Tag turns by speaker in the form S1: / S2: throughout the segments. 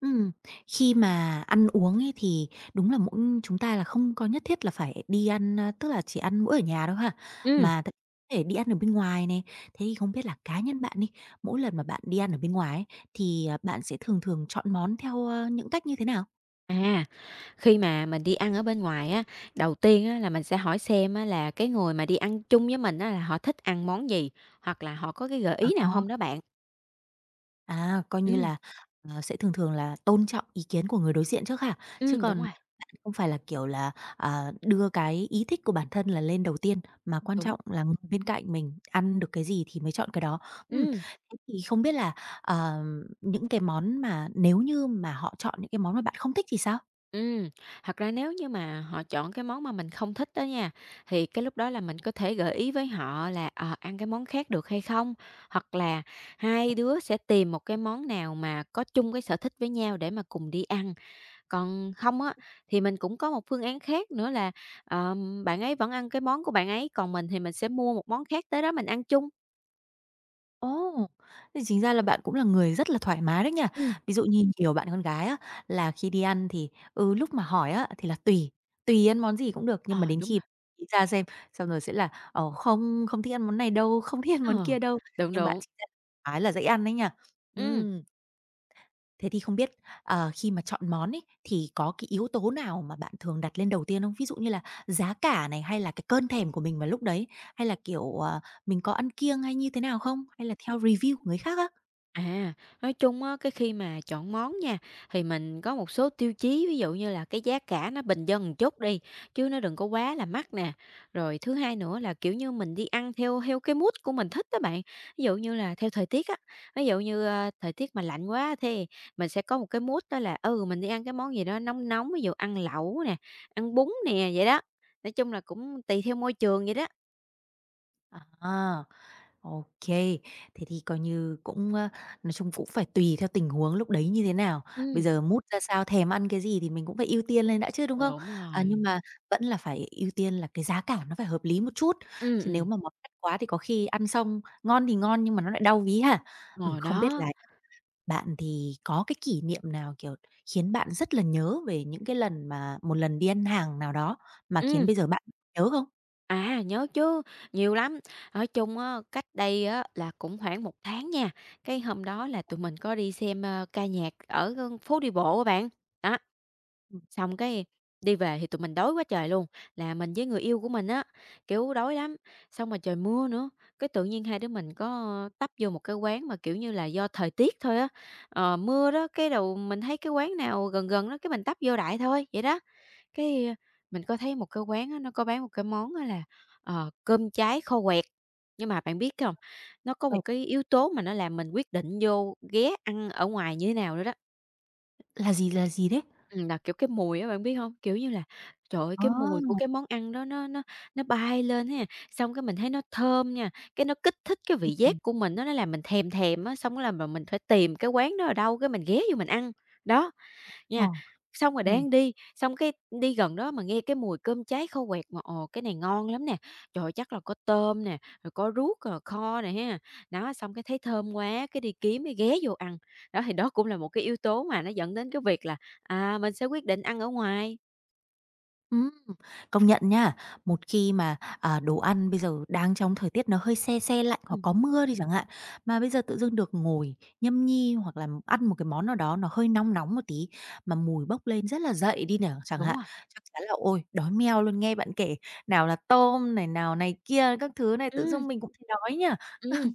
S1: Ừm, khi mà ăn uống ấy thì đúng là mỗi chúng ta là không có nhất thiết là phải đi ăn, tức là chỉ ăn mỗi ở nhà đâu ha,
S2: Ừm,
S1: mà có thể đi ăn ở bên ngoài này. Thế thì không biết là cá nhân bạn đi, mỗi lần mà bạn đi ăn ở bên ngoài ấy, thì, bạn sẽ thường thường chọn món theo, những cách như thế nào?
S2: à, khi mà mình đi ăn ở bên ngoài á, đầu tiên á là mình sẽ hỏi xem á là cái người mà đi ăn chung với mình á là họ thích ăn món gì, hoặc là họ có cái gợi
S1: Ờ.
S2: ý nào không đó bạn?
S1: À, coi như
S2: Ừm,
S1: là, sẽ thường thường là tôn trọng ý kiến của người đối diện trước ha? Chứ còn
S2: đúng rồi,
S1: bạn không phải là, kiểu là, đưa cái ý thích của bản thân là lên đầu tiên, mà quan
S2: đúng,
S1: trọng là người bên cạnh mình ăn được cái gì thì mới chọn cái đó. Ừm,
S2: ừm,
S1: thế thì không biết là, ờ, những cái món mà nếu như mà họ chọn những cái món mà bạn không thích thì sao?
S2: ừm. Thật ra nếu như mà họ chọn cái món mà mình không thích đó nha, thì cái lúc đó là mình có thể gợi ý với họ là, ăn cái món khác được hay không? Hoặc là hai đứa sẽ tìm một cái món nào mà có chung cái sở thích với nhau để mà cùng đi ăn. Còn không á, thì mình cũng có một phương án khác nữa là, bạn ấy vẫn ăn cái món của bạn ấy, còn mình thì mình sẽ mua một món khác tới đó mình ăn chung.
S1: Ồ! Thế chính ra là bạn cũng là người rất là thoải mái đấy nha.
S2: Ừm,
S1: Ví dụ như nhiều bạn con gái á, là khi đi ăn thì, lúc mà hỏi á, thì là tùy ăn món gì cũng được, nhưng mà
S2: ờ,
S1: đến
S2: đúng
S1: khi
S2: rồi.
S1: nghĩ ra xem, xong rồi sẽ là "Ờ, không, không thích ăn món này đâu, không thích ăn món kia
S2: Ờ,
S1: đâu."
S2: đúng,
S1: Nhưng bạn
S2: đúng.
S1: chính ra thoải mái là dãy ăn đấy nha.
S2: Ừ.
S1: Ừm. Thế thì không biết, khi mà chọn món ấy, thì có cái yếu tố nào mà bạn thường đặt lên đầu tiên không? Ví dụ như là giá cả này, hay là cái cơn thèm của mình vào lúc đấy, hay là, kiểu, mình có ăn kiêng hay như thế nào không? Hay là theo review của người khác á?
S2: À, nói chung á, cái khi mà chọn món nha, thì mình có một số tiêu chí, ví dụ như là cái giá cả nó bình dân một chút đi, chứ nó đừng có quá là mắc nè. Rồi thứ hai nữa là, kiểu như, mình đi ăn theo theo cái mood của mình thích đó bạn, ví dụ như là theo thời tiết á, ví dụ như, thời tiết mà lạnh quá thì mình sẽ có một cái mood đó là, mình đi ăn cái món gì đó nóng nóng, ví dụ ăn lẩu nè, ăn bún nè, vậy đó. Nói chung là cũng tùy theo môi trường vậy đó.
S1: À. OK, thế thì coi như cũng, nói chung cũng phải tùy theo tình huống lúc đấy như thế nào, bây
S2: Ừm.
S1: giờ mood ra sao, thèm ăn cái gì thì mình cũng phải ưu tiên lên đã chứ, đúng không?
S2: Đúng rồi.
S1: Nhưng mà vẫn là phải ưu tiên là cái giá cả nó phải hợp lý một chút,
S2: Ừm,
S1: chứ nếu
S2: ừm,
S1: mà món đắt quá thì có khi ăn xong ngon thì ngon nhưng mà nó lại đau ví hả?
S2: ngồi
S1: Không biết
S2: đó.
S1: là bạn thì có cái kỷ niệm nào, kiểu, khiến bạn rất là nhớ về những cái lần mà một lần đi ăn hàng nào đó mà khiến
S2: Ừm.
S1: bây giờ bạn nhớ không?
S2: À, nhớ chứ, nhiều lắm. Nói chung á, cách đây á, là cũng khoảng một tháng nha. Cái hôm đó là tụi mình có đi xem, ca nhạc ở, phố đi bộ á bạn. Đó,
S1: Ừm.
S2: xong cái đi về thì tụi mình đói quá trời luôn, là mình với người yêu của mình á, kiểu, đói lắm, xong mà trời mưa nữa, cái tự nhiên hai đứa mình có tấp vô một cái quán mà, kiểu như là, do thời tiết thôi á, mưa đó, cái đầu mình thấy cái quán nào gần gần đó cái mình tấp vô đại thôi, vậy đó. Cái, mình có thấy một cái quán á, nó có bán một cái món á là, cơm cháy kho quẹt. Nhưng mà bạn biết không, nó có một cái yếu tố mà nó làm mình quyết định vô ghé ăn ở ngoài như thế nào nữa đó.
S1: Là gì đấy?
S2: Là, kiểu, cái mùi á, bạn biết không? Kiểu như là, trời ơi,
S1: Ờ,
S2: cái mùi của cái món ăn đó nó bay lên ha, xong cái mình thấy nó thơm nha, cái nó kích thích cái vị
S1: ừm,
S2: giác của mình á, nó làm mình thèm thèm á, xong cái là mình phải tìm cái quán đó ở đâu, cái mình ghé vô mình ăn. Đó.
S1: ờ.
S2: Nha, xong rồi
S1: Ừm,
S2: đang đi, xong cái đi gần đó mà nghe cái mùi cơm cháy khô quẹt mà, ồ, cái này ngon lắm nè, trời ơi, chắc là có tôm nè, rồi có ruốc, rồi kho nè ha. Đó, xong cái thấy thơm quá, cái đi kiếm, cái ghé vô ăn. Đó, thì đó cũng là một cái yếu tố mà nó dẫn đến cái việc là, mình sẽ quyết định ăn ở ngoài.
S1: ừm, công nhận nha. Một khi mà, đồ ăn bây giờ đang trong thời tiết nó hơi se se lạnh hoặc
S2: Ừm,
S1: có mưa đi chẳng hạn, mà bây giờ tự dưng được ngồi nhâm nhi hoặc là ăn một cái món nào đó nó hơi nóng nóng một tí, mà mùi bốc lên rất là dậy đi nè chẳng
S2: đúng
S1: hạn,
S2: rồi.
S1: chắc chắn là ôi, đói meo luôn. Nghe bạn kể nào là tôm này, nào này kia các thứ này, tự
S2: Ừ,
S1: dưng mình cũng thấy đói nha.
S2: ừ.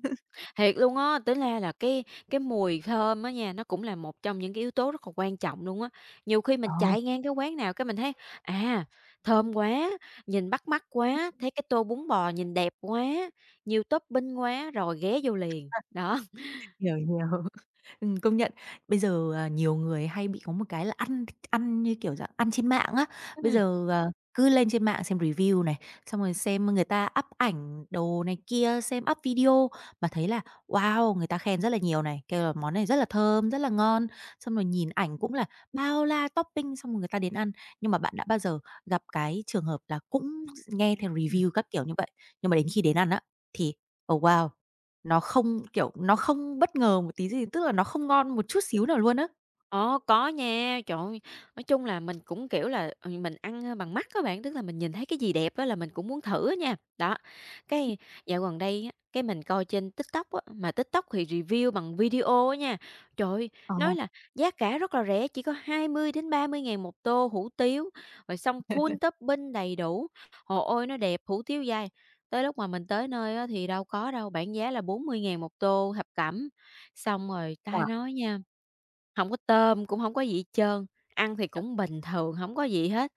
S2: Thiệt luôn á, tính ra là cái mùi thơm á nha, nó cũng là một trong những cái yếu tố rất là quan trọng luôn á. Nhiều khi
S1: Ờ,
S2: mình chạy ngang cái quán nào cái mình thấy, à, thơm quá, nhìn bắt mắt quá, thấy cái tô bún bò nhìn đẹp quá, nhiều topping quá rồi ghé vô liền. Đó.
S1: hiểu, hiểu. Công nhận. Bây giờ, nhiều người hay bị có một cái là ăn ăn như kiểu dạng ăn trên mạng á. Bây giờ, cứ lên trên mạng xem review này, xong rồi xem người ta up ảnh đồ này kia, xem up video mà thấy là "Wow!" Người ta khen rất là nhiều này, kêu là "Món này rất là thơm, rất là ngon." Xong rồi nhìn ảnh cũng là bao la topping, xong rồi người ta đến ăn. Nhưng mà bạn đã bao giờ gặp cái trường hợp là cũng nghe theo
S2: Ừm.
S1: review các kiểu như vậy, nhưng mà đến khi đến ăn á, thì "Oh, wow!" Nó không, kiểu, nó không bất ngờ một tí gì, tức là nó không ngon một chút xíu nào luôn á.
S2: Ờ, có nha. Trời ơi, nói chung là mình cũng, kiểu là, mình ăn, bằng mắt các bạn, tức là mình nhìn thấy cái gì đẹp á là mình cũng muốn thử á nha. Đó, cái dạo gần đây á, cái mình coi trên TikTok á, mà TikTok thì review bằng video á nha. Trời ơi,
S1: Ờ,
S2: nói là giá cả rất là rẻ, chỉ có 20 đến 30.000 một tô hủ tiếu, rồi xong full topping đầy đủ. Hồ ôi, nó đẹp, hủ tiếu dai. Tới lúc mà mình tới nơi á thì đâu có đâu, bảng giá là 40.000 một tô thập cẩm. Xong rồi ta
S1: wow,
S2: nói nha, hổng có tôm, cũng hổng có gì hết trơn, ăn thì cũng bình thường, hổng có gì hết.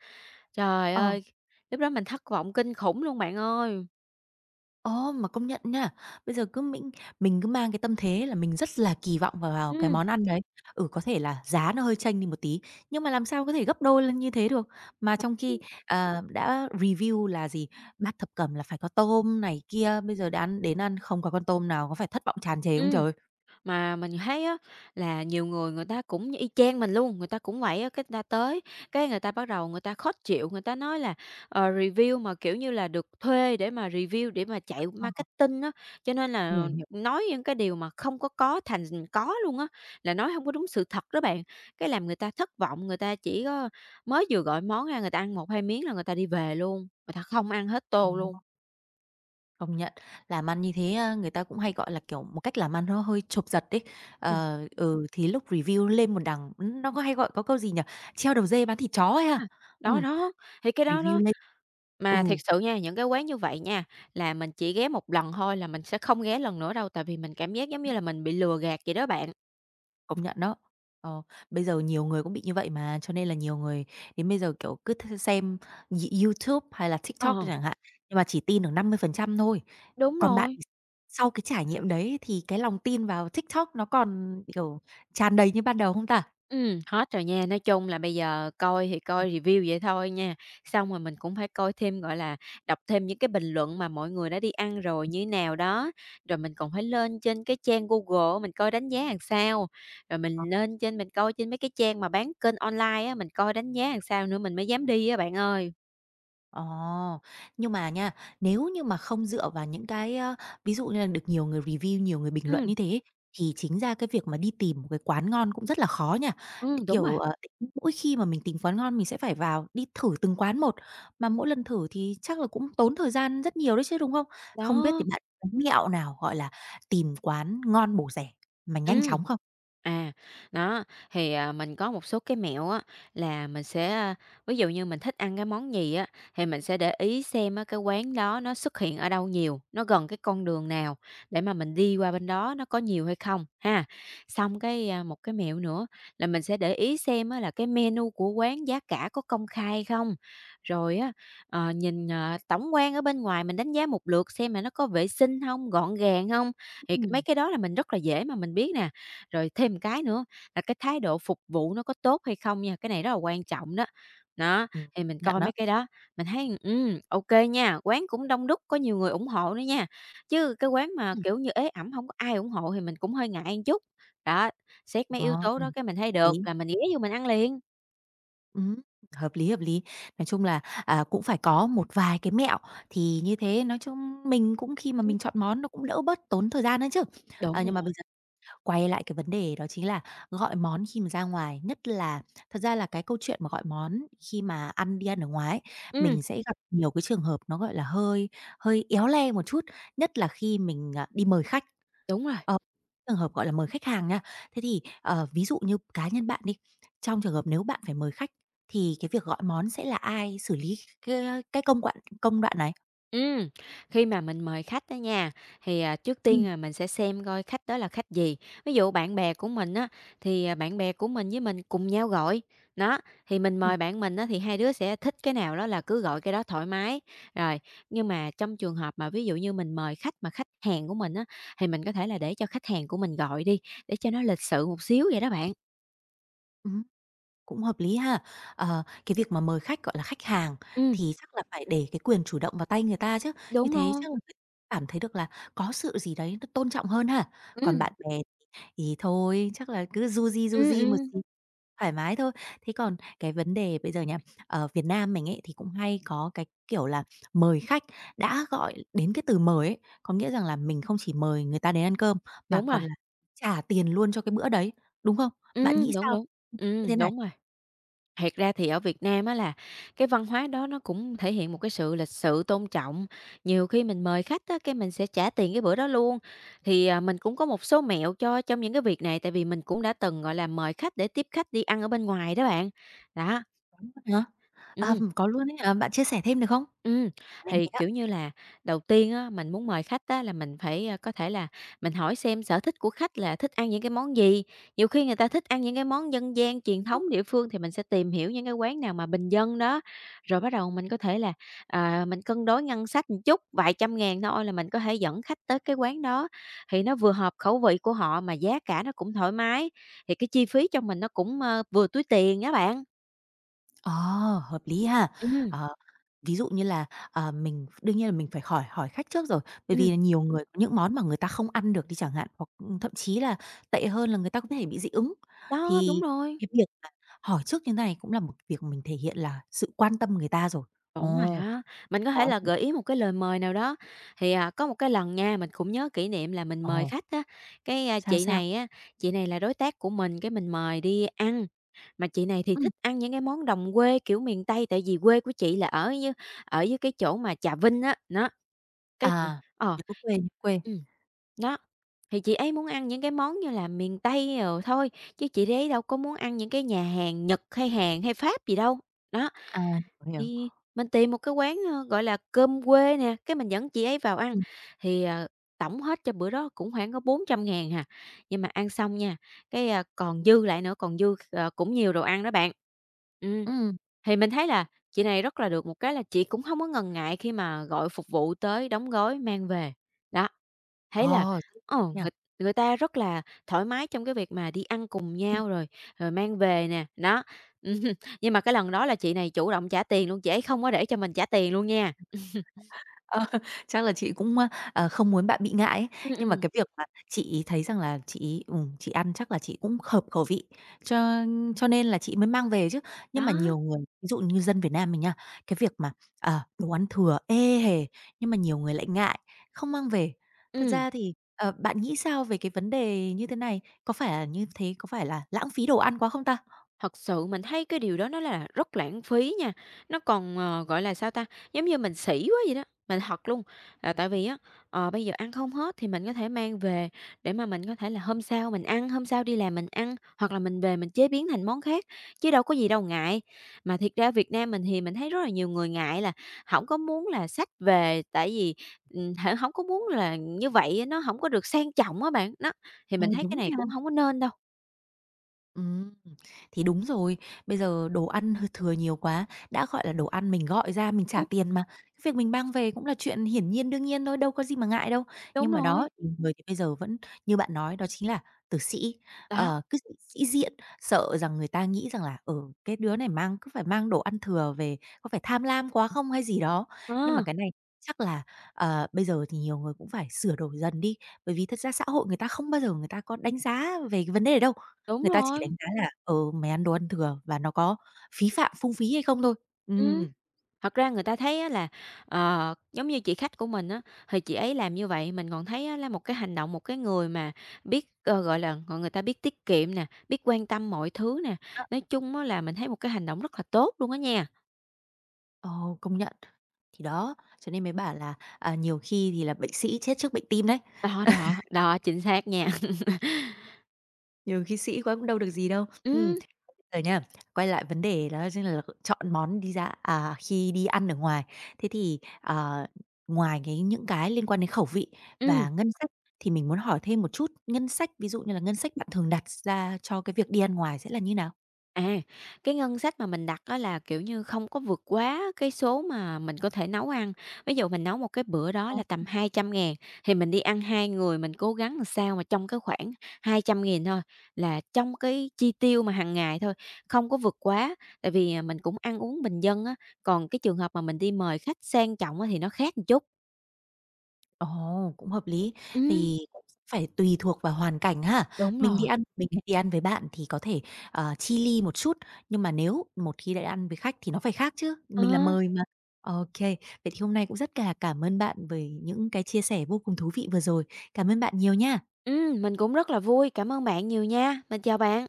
S2: Trời
S1: ờ.
S2: ơi, lúc đó mình thất vọng kinh khủng luôn bạn ơi!
S1: Ồ, mà công nhận nha, bây giờ cứ mình cứ mang cái tâm thế là mình rất là kỳ vọng vào vào cái
S2: Ừm,
S1: món ăn đấy. Ừ, có thể là giá nó hơi chênh đi một tí, nhưng mà làm sao có thể gấp đôi lên như thế được. Mà trong khi, đã review là gì, bát thập cẩm là phải có tôm này kia, bây giờ đã đến ăn không có con tôm nào có phải thất vọng tràn trề không
S2: ừm.
S1: trời.
S2: Mà mình thấy á là nhiều người người ta cũng y chang mình luôn, người ta cũng vậy á, cái người ta tới, cái người ta bắt đầu người ta khó chịu, người ta nói là, review mà, kiểu như là, được thuê để mà review, để mà chạy
S1: Ờ,
S2: marketing á, cho nên
S1: hiểu,
S2: là
S1: hiểu.
S2: nói những cái điều mà không có thành có luôn á, là nói không có đúng sự thật đó bạn. Cái làm người ta thất vọng, người ta chỉ có mới vừa gọi món ra, người ta ăn một hai miếng là người ta đi về luôn, người ta không ăn hết tô luôn.
S1: Công nhận, làm ăn như thế, người ta cũng hay, gọi là, kiểu, một cách làm ăn nó hơi chộp giật đấy.
S2: Ừm.
S1: Thì lúc review lên một đằng, nó có hay gọi có câu gì nhỉ? "Treo đầu dê bán thịt chó" ấy ha?
S2: Đó,
S1: Ừm,
S2: đó, thì cái đó
S1: review
S2: đó.
S1: lên ừ,
S2: Mà thiệt sự nha, những cái quán như vậy nha, là mình chỉ ghé một lần thôi là mình sẽ không ghé lần nữa đâu, tại vì mình cảm giác giống như là mình bị lừa gạt vậy đó bạn.
S1: công nhận đó. Ờ, bây giờ nhiều người cũng bị như vậy mà, cho nên là nhiều người đến bây giờ, kiểu, cứ xem YouTube hay là
S2: Ờ,
S1: TikTok chẳng hạn, nhưng mà chỉ tin được 50% thôi.
S2: đúng
S1: Còn bạn
S2: rồi,
S1: thì sau cái trải nghiệm đấy thì cái lòng tin vào TikTok nó còn, kiểu, tràn đầy như ban đầu không ta?
S2: hết rồi nha. Nói chung là bây giờ coi thì coi review vậy thôi nha, xong rồi mình cũng phải coi thêm, gọi là, đọc thêm những cái bình luận mà mọi người đã đi ăn rồi như thế nào đó, rồi mình còn phải lên trên cái trang Google mình coi đánh giá làm sao, rồi
S1: Ờ.
S2: mình lên trên mình coi trên mấy cái trang mà bán kênh online á, mình coi đánh giá làm sao nữa mình mới dám đi á bạn ơi.
S1: Ồ, nhưng mà nha, nếu như mà không dựa vào những cái, ví dụ như là được nhiều người review, nhiều người bình luận
S2: Ừm,
S1: như thế ấy, thì chính ra cái việc mà đi tìm một cái quán ngon cũng rất là khó nha.
S2: đúng rồi.
S1: Kiểu, mỗi khi mà mình tìm quán ngon mình sẽ phải vào đi thử từng quán một, mà mỗi lần thử thì chắc là cũng tốn thời gian rất nhiều đấy chứ, đúng không? Không biết thì
S2: Đó,
S1: bạn có mẹo nào, gọi là, tìm quán ngon bổ rẻ mà nhanh
S2: ừ.
S1: chóng không?
S2: À, đó, thì, mình có một số cái mẹo á, là mình sẽ, ví dụ như mình thích ăn cái món gì á, thì mình sẽ để ý xem á cái quán đó nó xuất hiện ở đâu nhiều, nó gần cái con đường nào để mà mình đi qua bên đó nó có nhiều hay không, ha. Xong cái, một cái mẹo nữa là mình sẽ để ý xem á là cái menu của quán giá cả có công khai không. Rồi á, nhìn, tổng quan ở bên ngoài mình đánh giá một lượt xem là nó có vệ sinh không, gọn gàng không, thì mấy
S1: Ừm.
S2: cái đó là mình rất là dễ mà mình biết nè. Rồi thêm một cái nữa là cái thái độ phục vụ nó có tốt hay không nha, cái này rất là quan trọng đó. Đó,
S1: Ừm,
S2: thì mình
S1: nhận
S2: coi
S1: đó.
S2: mấy cái đó, mình thấy, ok nha, quán cũng đông đúc, có nhiều người ủng hộ nữa nha, chứ cái quán mà,
S1: Ừ.
S2: kiểu như, ế ẩm không có ai ủng hộ thì mình cũng hơi ngại một chút. Đó, xét mấy
S1: Ồ.
S2: yếu tố đó cái mình thấy
S1: Tí.
S2: được là mình ghé vô mình ăn liền.
S1: Ừm, hợp lý, hợp lý. Nói chung là, cũng phải có một vài cái mẹo, thì như thế nói chung mình cũng khi mà mình chọn món nó cũng đỡ bớt tốn thời gian nữa chứ.
S2: Đúng
S1: Nhưng mà bây
S2: rồi.
S1: giờ quay lại cái vấn đề đó chính là gọi món khi mà ra ngoài, nhất là thật ra là cái câu chuyện mà gọi món khi mà ăn đi ăn ở ngoài ấy,
S2: Ừm,
S1: mình sẽ gặp nhiều cái trường hợp nó, gọi là, hơi hơi éo le một chút, nhất là khi mình, đi mời khách.
S2: đúng rồi.
S1: Ờ, trường hợp, gọi là, mời khách hàng nha. Thế thì, ví dụ như cá nhân bạn đi, trong trường hợp nếu bạn phải mời khách thì cái việc gọi món sẽ là ai xử lý cái công đoạn này?
S2: Ừm, khi mà mình mời khách đó nha, thì, trước
S1: Ừm.
S2: tiên là mình sẽ xem coi khách đó là khách gì. Ví dụ bạn bè của mình á, thì, bạn bè của mình với mình cùng nhau gọi, đó, thì mình
S1: Ừm,
S2: mời bạn mình á thì hai đứa sẽ thích cái nào đó là cứ gọi cái đó thoải mái. Rồi, nhưng mà trong trường hợp mà ví dụ như mình mời khách mà khách hàng của mình á, thì mình có thể là để cho khách hàng của mình gọi đi, để cho nó lịch sự một xíu vậy đó bạn.
S1: ừm, cũng hợp lý ha. Cái việc mà mời khách, gọi là, khách hàng
S2: Ừ,
S1: thì chắc là phải để cái quyền chủ động vào tay người ta chứ, như
S2: đúng
S1: thế chắc
S2: rồi,
S1: là người ta cảm thấy được là có sự gì đấy nó tôn trọng hơn ha. Còn
S2: ừ,
S1: bạn bè thì thôi, chắc là cứ du
S2: ừ,
S1: di một xíu, thoải mái thôi. Thế còn cái vấn đề bây giờ nha, ở Việt Nam mình ấy thì cũng hay có cái kiểu là mời khách, đã gọi đến cái từ mời ấy, có nghĩa rằng là mình không chỉ mời người ta đến ăn cơm mà
S2: đúng rồi,
S1: còn là trả tiền luôn cho cái bữa đấy, đúng không? Bạn
S2: ừ
S1: nghĩ
S2: đúng,
S1: sao
S2: đúng,
S1: như
S2: ừ
S1: thế này?
S2: đúng rồi. Thiệt ra thì ở Việt Nam á là cái văn hóa đó nó cũng thể hiện một cái sự lịch sự, tôn trọng. Nhiều khi mình mời khách á, cái mình sẽ trả tiền cái bữa đó luôn. Thì, mình cũng có một số mẹo cho trong những cái việc này, tại vì mình cũng đã từng, gọi là, mời khách để tiếp khách đi ăn ở bên ngoài đó bạn. Đó,
S1: Hả? À,
S2: ừm.
S1: có luôn ấy hả? Bạn chia sẻ thêm được không?
S2: Ừ,
S1: Cái này
S2: thì,
S1: hay đó.
S2: kiểu như là, đầu tiên á, mình muốn mời khách á là mình phải, có thể là mình hỏi xem sở thích của khách là thích ăn những cái món gì. Nhiều khi người ta thích ăn những cái món dân gian, truyền thống địa phương thì mình sẽ tìm hiểu những cái quán nào mà bình dân đó. Rồi bắt đầu mình có thể là, mình cân đối ngân sách một chút, vài trăm ngàn thôi là mình có thể dẫn khách tới cái quán đó, thì nó vừa hợp khẩu vị của họ mà giá cả nó cũng thoải mái, thì cái chi phí cho mình nó cũng, vừa túi tiền á bạn.
S1: Ờ, hợp lý ha.
S2: Ừ,
S1: Ờ, ví dụ như là, mình đương nhiên là mình phải hỏi hỏi khách trước rồi, bởi
S2: ừm,
S1: vì là nhiều người có những món mà người ta không ăn được đi chẳng hạn, hoặc, thậm chí là tệ hơn là người ta có thể bị dị ứng.
S2: đó, đúng
S1: Thì
S2: rồi.
S1: cái việc mà hỏi trước như này cũng là một việc mình thể hiện là sự quan tâm người ta rồi.
S2: Đúng rồi
S1: Ồ,
S2: đó, mình có thể
S1: có
S2: là
S1: thì
S2: gợi ý một cái lời mời nào đó. Thì, có một cái lần nha, mình cũng nhớ kỷ niệm là mình mời
S1: ồ,
S2: khách á, cái,
S1: sao,
S2: chị
S1: sao?
S2: này á, chị này là đối tác của mình, cái mình mời đi ăn. Mà chị này thì
S1: Ừm,
S2: thích ăn những cái món đồng quê, kiểu, miền Tây, tại vì quê của chị là ở như ở dưới cái chỗ mà Trà Vinh á, nó, cái chị
S1: à,
S2: ờ,
S1: nhớ quê, nhớ quê.
S2: ừm, đó, thì chị ấy muốn ăn những cái món như là miền Tây rồi thôi, chứ chị đấy đâu có muốn ăn những cái nhà hàng Nhật hay Hàn hay Pháp gì đâu, đó.
S1: À, hiểu, hiểu.
S2: Thì mình tìm một cái quán, gọi là, cơm quê nè, cái mình dẫn chị ấy vào ăn,
S1: Ừm,
S2: thì, ờ, tổng hết cho bữa đó cũng khoảng có 400.000 hà. Nhưng mà ăn xong nha, cái, còn dư lại nữa, còn dư, ờ, cũng nhiều đồ ăn đó bạn. Ừm,
S1: ừm,
S2: thì mình thấy là chị này rất là được một cái là chị cũng không có ngần ngại khi mà gọi phục vụ tới đóng gói mang về. Đó, thấy là,
S1: ồ, rất
S2: ờ,
S1: nhỉ?
S2: người người ta rất là thoải mái trong cái việc mà đi ăn cùng nhau rồi rồi mang về nè, đó. Nhưng mà cái lần đó là chị này chủ động trả tiền luôn, chị ấy không có để cho mình trả tiền luôn nha.
S1: Ờ, chắc là chị cũng, không muốn bạn bị ngại ấy.
S2: Ừm,
S1: Nhưng mà
S2: ừm,
S1: cái việc mà chị thấy rằng là chị ăn chắc là chị cũng hợp khẩu vị, cho cho nên là chị mới mang về chứ. Nhưng mà
S2: đó,
S1: nhiều người, ví dụ như dân Việt Nam mình nha, cái việc mà, đồ ăn thừa ê hề, nhưng mà nhiều người lại ngại, không mang về. Thật
S2: ừm.
S1: ra thì, bạn nghĩ sao về cái vấn đề như thế này? Có phải là như thế có phải là lãng phí đồ ăn quá không ta?
S2: Thật sự mình thấy cái điều đó nó là rất lãng phí nha, nó còn, ờ, gọi là, sao ta, giống như mình sĩ quá vậy đó, mình thật luôn. Là tại vì á, ờ, bây giờ ăn không hết thì mình có thể mang về để mà mình có thể là hôm sau mình ăn, hôm sau đi làm mình ăn, hoặc là mình về mình chế biến thành món khác, chứ đâu có gì đâu ngại. Mà thiệt ra Việt Nam mình thì mình thấy rất là nhiều người ngại là không có muốn là xách về, tại vì, hổng có muốn là như vậy á, nó không có được sang trọng á bạn. Đó, thì
S1: Ờ,
S2: mình thấy cái
S1: đúng
S2: này
S1: nha.
S2: cũng không có nên đâu.
S1: Ừm, thì đúng rồi, bây giờ đồ ăn thừa nhiều quá, đã gọi là đồ ăn mình gọi ra mình trả
S2: Ừm,
S1: tiền mà, cái việc mình mang về cũng là chuyện hiển nhiên đương nhiên thôi, đâu có gì mà ngại đâu.
S2: đúng
S1: Nhưng mà đó,
S2: rồi,
S1: nhiều người thì bây giờ vẫn như bạn nói đó chính là tử sĩ,
S2: đó,
S1: cứ sĩ sĩ diện, sợ rằng người ta nghĩ rằng là, ở cái đứa này mang cứ phải mang đồ ăn thừa về, có phải tham lam quá không hay gì đó. Nhưng mà
S2: ờ.
S1: cái này chắc là, bây giờ thì nhiều người cũng phải sửa đổi dần đi, bởi vì thật ra xã hội người ta không bao giờ người ta có đánh giá về cái vấn đề đấy đâu.
S2: Đúng
S1: Người ta chỉ
S2: rồi,
S1: đánh giá là, ừ, mày ăn đồ ăn thừa và nó có phí phạm, phung phí hay không thôi.
S2: ừm.
S1: Ừm.
S2: Thật ra người ta thấy á là, ờ, giống như chị khách của mình á, thì chị ấy làm như vậy mình còn thấy á là một cái hành động, một cái người mà biết, ờ, gọi là, gọi người ta biết tiết kiệm nè, biết quan tâm mọi thứ nè,
S1: Đó,
S2: nói chung á là mình thấy một cái hành động rất là tốt luôn á nha.
S1: ồ, công nhận. Thì đó, cho nên mới bảo là, nhiều khi thì là bệnh sĩ chết trước bệnh tim đấy,
S2: Đó, đó, đó, chính xác nha.
S1: nhiều khi sĩ quá cũng đâu được gì đâu. Ừm,
S2: Ừm,
S1: giờ nha, quay lại vấn đề đó chính là chọn món đi ra à, khi đi ăn ở ngoài. Thế thì, ngoài cái những cái liên quan đến khẩu vị và
S2: ừm.
S1: ngân sách thì mình muốn hỏi thêm một chút, ngân sách, ví dụ như là ngân sách bạn thường đặt ra cho cái việc đi ăn ngoài sẽ là như nào?
S2: À, cái ngân sách mà mình đặt đó là, kiểu như, không có vượt quá cái số mà mình có thể nấu ăn. Ví dụ mình nấu một cái bữa đó
S1: Ờ.
S2: là tầm 200.000 thì mình đi ăn 2 người, mình cố gắng làm sao mà trong cái khoảng 200 000 thôi, là trong cái chi tiêu mà hàng ngày thôi, không có vượt quá. Tại vì, mình cũng ăn uống bình dân á, còn cái trường hợp mà mình đi mời khách sang trọng á thì nó khác một chút.
S1: Ồ, cũng hợp lý.
S2: Ừm.
S1: Thì cũng phải tùy thuộc vào hoàn cảnh ha.
S2: Đúng
S1: Mình đi
S2: rồi.
S1: ăn mình hay đi ăn với bạn thì có thể, chi ly một chút, nhưng mà nếu một khi đã ăn với khách thì nó phải khác chứ,
S2: Ờ,
S1: mình là mời mà. OK, vậy thì hôm nay cũng rất là cảm ơn bạn về những cái chia sẻ vô cùng thú vị vừa rồi. Cảm ơn bạn nhiều nha.
S2: mình cũng rất là vui. Cảm ơn bạn nhiều nha. Mình chào bạn.